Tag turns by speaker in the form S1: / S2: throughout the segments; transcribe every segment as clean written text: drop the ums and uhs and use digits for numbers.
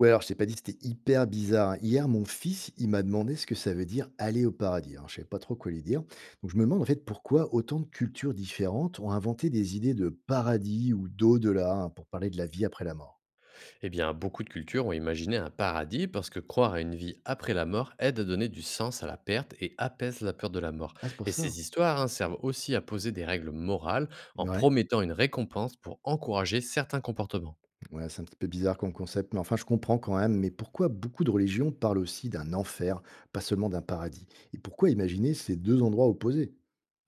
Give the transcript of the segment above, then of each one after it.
S1: Ouais, alors je t'ai pas dit, c'était hyper bizarre, hein. Hier, mon fils, il m'a demandé ce que ça veut dire aller au paradis. Alors, je savais pas trop quoi lui dire. Donc, je me demande en fait pourquoi autant de cultures différentes ont inventé des idées de paradis ou d'au-delà hein, pour parler de la vie après la mort.
S2: Eh bien, beaucoup de cultures ont imaginé un paradis parce que croire à une vie après la mort aide à donner du sens à la perte et apaise la peur de la mort.
S1: Ah, c'est pour
S2: Et
S1: ça?
S2: ces histoires hein, servent aussi à poser des règles morales en
S1: Ouais,
S2: promettant une récompense pour encourager certains comportements.
S1: ouais, c'est un petit peu bizarre comme concept, mais enfin, je comprends quand même. Mais pourquoi beaucoup de religions parlent aussi d'un enfer, pas seulement d'un paradis? Et pourquoi imaginer ces deux endroits opposés?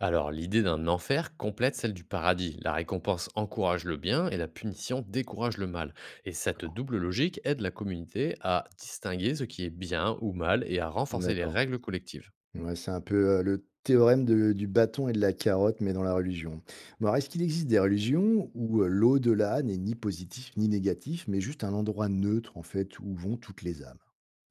S2: Alors, l'idée d'un enfer complète celle du paradis. La récompense encourage le bien et la punition décourage le mal. Et cette
S1: D'accord.
S2: double logique aide la communauté à distinguer ce qui est bien ou mal et à renforcer les
S1: D'accord.
S2: règles collectives.
S1: Ouais, c'est un peu, le théorème de du bâton et de la carotte, mais dans la religion. Bon, alors, est-ce qu'il existe des religions où, l'au-delà n'est ni positif ni négatif, mais juste un endroit neutre, en fait, où vont toutes les âmes?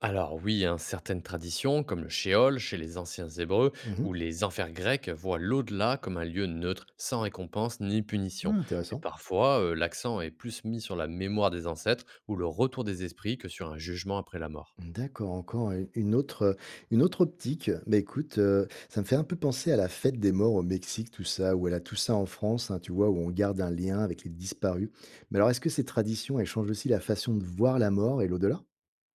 S2: Alors oui, hein, certaines traditions, comme le Sheol chez les anciens Hébreux
S1: Mmh.
S2: ou les enfers grecs, voient l'au-delà comme un lieu neutre, sans récompense ni
S1: Ouais,
S2: punition. Et
S1: intéressant.
S2: parfois, l'accent est plus mis sur la mémoire des ancêtres ou le retour des esprits que sur un jugement après la mort.
S1: D'accord, encore u une autre optique. Bah, écoute, ça me fait un peu penser à la fête des morts au Mexique, tout ça, ou à la Toussaint en France, hein, tu vois? Où on garde un lien avec les disparus. Mais alors, est-ce que ces traditions, elles changent aussi la façon de voir la mort et l'au-delà?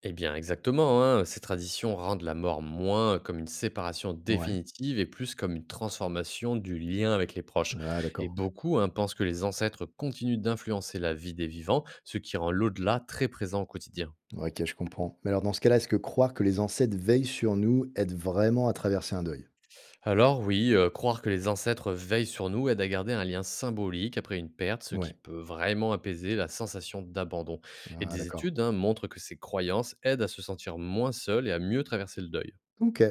S2: Eh bien exactement, hein, ces traditions rendent la mort moins comme une séparation
S1: Ouais.
S2: définitive et plus comme une transformation du lien avec les proches.
S1: Ah,
S2: Et
S1: d'accord.
S2: beaucoup hein, pensent que les ancêtres continuent d'influencer la vie des vivants, ce qui rend l'au-delà très présent au quotidien.
S1: Ouais, Ok, je comprends. Mais alors, dans ce cas-là, est-ce que croire que les ancêtres veillent sur nous aide vraiment à traverser un deuil?
S2: Alors oui, croire que les ancêtres veillent sur nous aide à garder un lien symbolique après une perte, ce qui
S1: Ouais,
S2: peut vraiment apaiser la sensation d'abandon. Et
S1: ah,
S2: des
S1: d'accord.
S2: études hein, montrent que ces croyances aident à se sentir moins seul et à mieux traverser le deuil.
S1: Ok.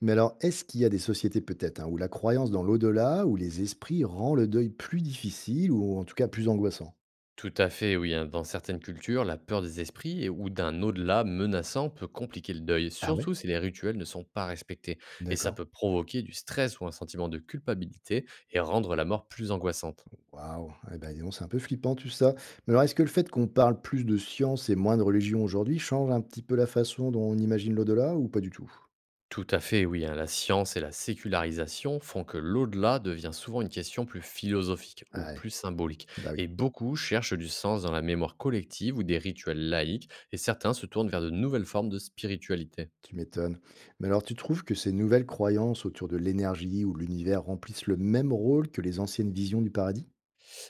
S1: Mais alors, est-ce qu'il y a des sociétés peut-être hein, où la croyance dans l'au-delà, où les esprits rend le deuil plus difficile ou en tout cas plus angoissant?
S2: Tout à fait, oui. Hein, dans certaines cultures, la peur des esprits ou d'un au-delà menaçant peut compliquer le deuil,
S1: Ah ouais?
S2: surtout si les rituels ne sont pas respectés. Et ça
S1: D'accord.
S2: peut provoquer du stress ou un sentiment de culpabilité et rendre la mort plus angoissante.
S1: Waouh. Eh ben, dis donc, c'est un peu flippant tout ça. Mais alors, est-ce que le fait qu'on parle plus de science et moins de religion aujourd'hui change un petit peu la façon dont on imagine l'au-delà ou pas du tout?
S2: Tout à fait, oui. Hein. La science et la sécularisation font que l'au-delà devient souvent une question plus philosophique ou
S1: Ah ouais.
S2: plus symbolique.
S1: Bah oui.
S2: Et beaucoup cherchent du sens dans la mémoire collective ou des rituels laïques, et certains se tournent vers de nouvelles formes de spiritualité.
S1: Tu m'étonnes. Mais alors, tu trouves que ces nouvelles croyances autour de l'énergie ou de l'univers remplissent le même rôle que les anciennes visions du paradis?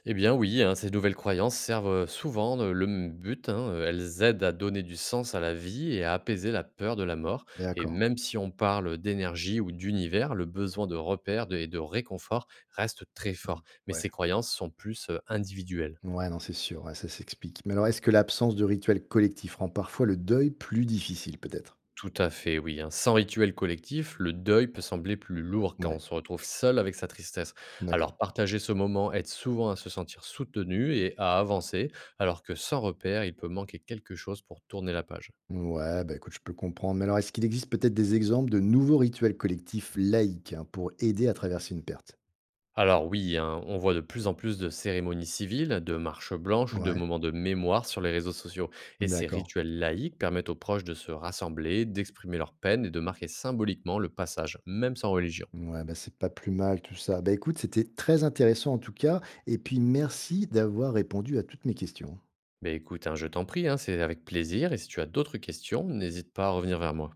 S2: Eh bien oui, hein, ces nouvelles croyances servent souvent le même but. Hein, elles aident à donner du sens à la vie et à apaiser la peur de la mort. Et
S1: D'accord.
S2: même si on parle d'énergie ou d'univers, le besoin de repères et de réconfort reste très
S1: Ouais.
S2: fort. Mais
S1: Ouais,
S2: ces croyances sont plus individuelles.
S1: ouais, non, c'est sûr, ouais, ça s'explique. Mais alors, est-ce que l'absence de rituels collectifs rend parfois le deuil plus difficile, peut-être?
S2: Tout à fait, oui, hein. Sans rituel collectif, le deuil peut sembler plus lourd quand
S1: Ouais,
S2: on se retrouve seul avec sa tristesse.
S1: d'accord.
S2: Alors partager ce moment aide souvent à se sentir soutenu et à avancer, alors que sans repère, il peut manquer quelque chose pour tourner la page.
S1: Ouais, bah écoute, je peux comprendre. Mais alors, est-ce qu'il existe peut-être des exemples de nouveaux rituels collectifs laïques hein, pour aider à traverser une perte?
S2: Alors oui, hein, on voit de plus en plus de cérémonies civiles, de marches blanches ou de
S1: Ouais,
S2: moments de mémoire sur les réseaux sociaux. Et ces
S1: d'accord.
S2: rituels laïques permettent aux proches de se rassembler, d'exprimer leur peine et de marquer symboliquement le passage, même sans religion.
S1: Ouais, bah, c'est pas plus mal tout ça. Bah, écoute, c'était très intéressant en tout cas. Et puis merci d'avoir répondu à toutes mes questions.
S2: Ben écoute, hein, je t'en prie, hein, c'est avec plaisir et si tu as d'autres questions, n'hésite pas à revenir vers moi.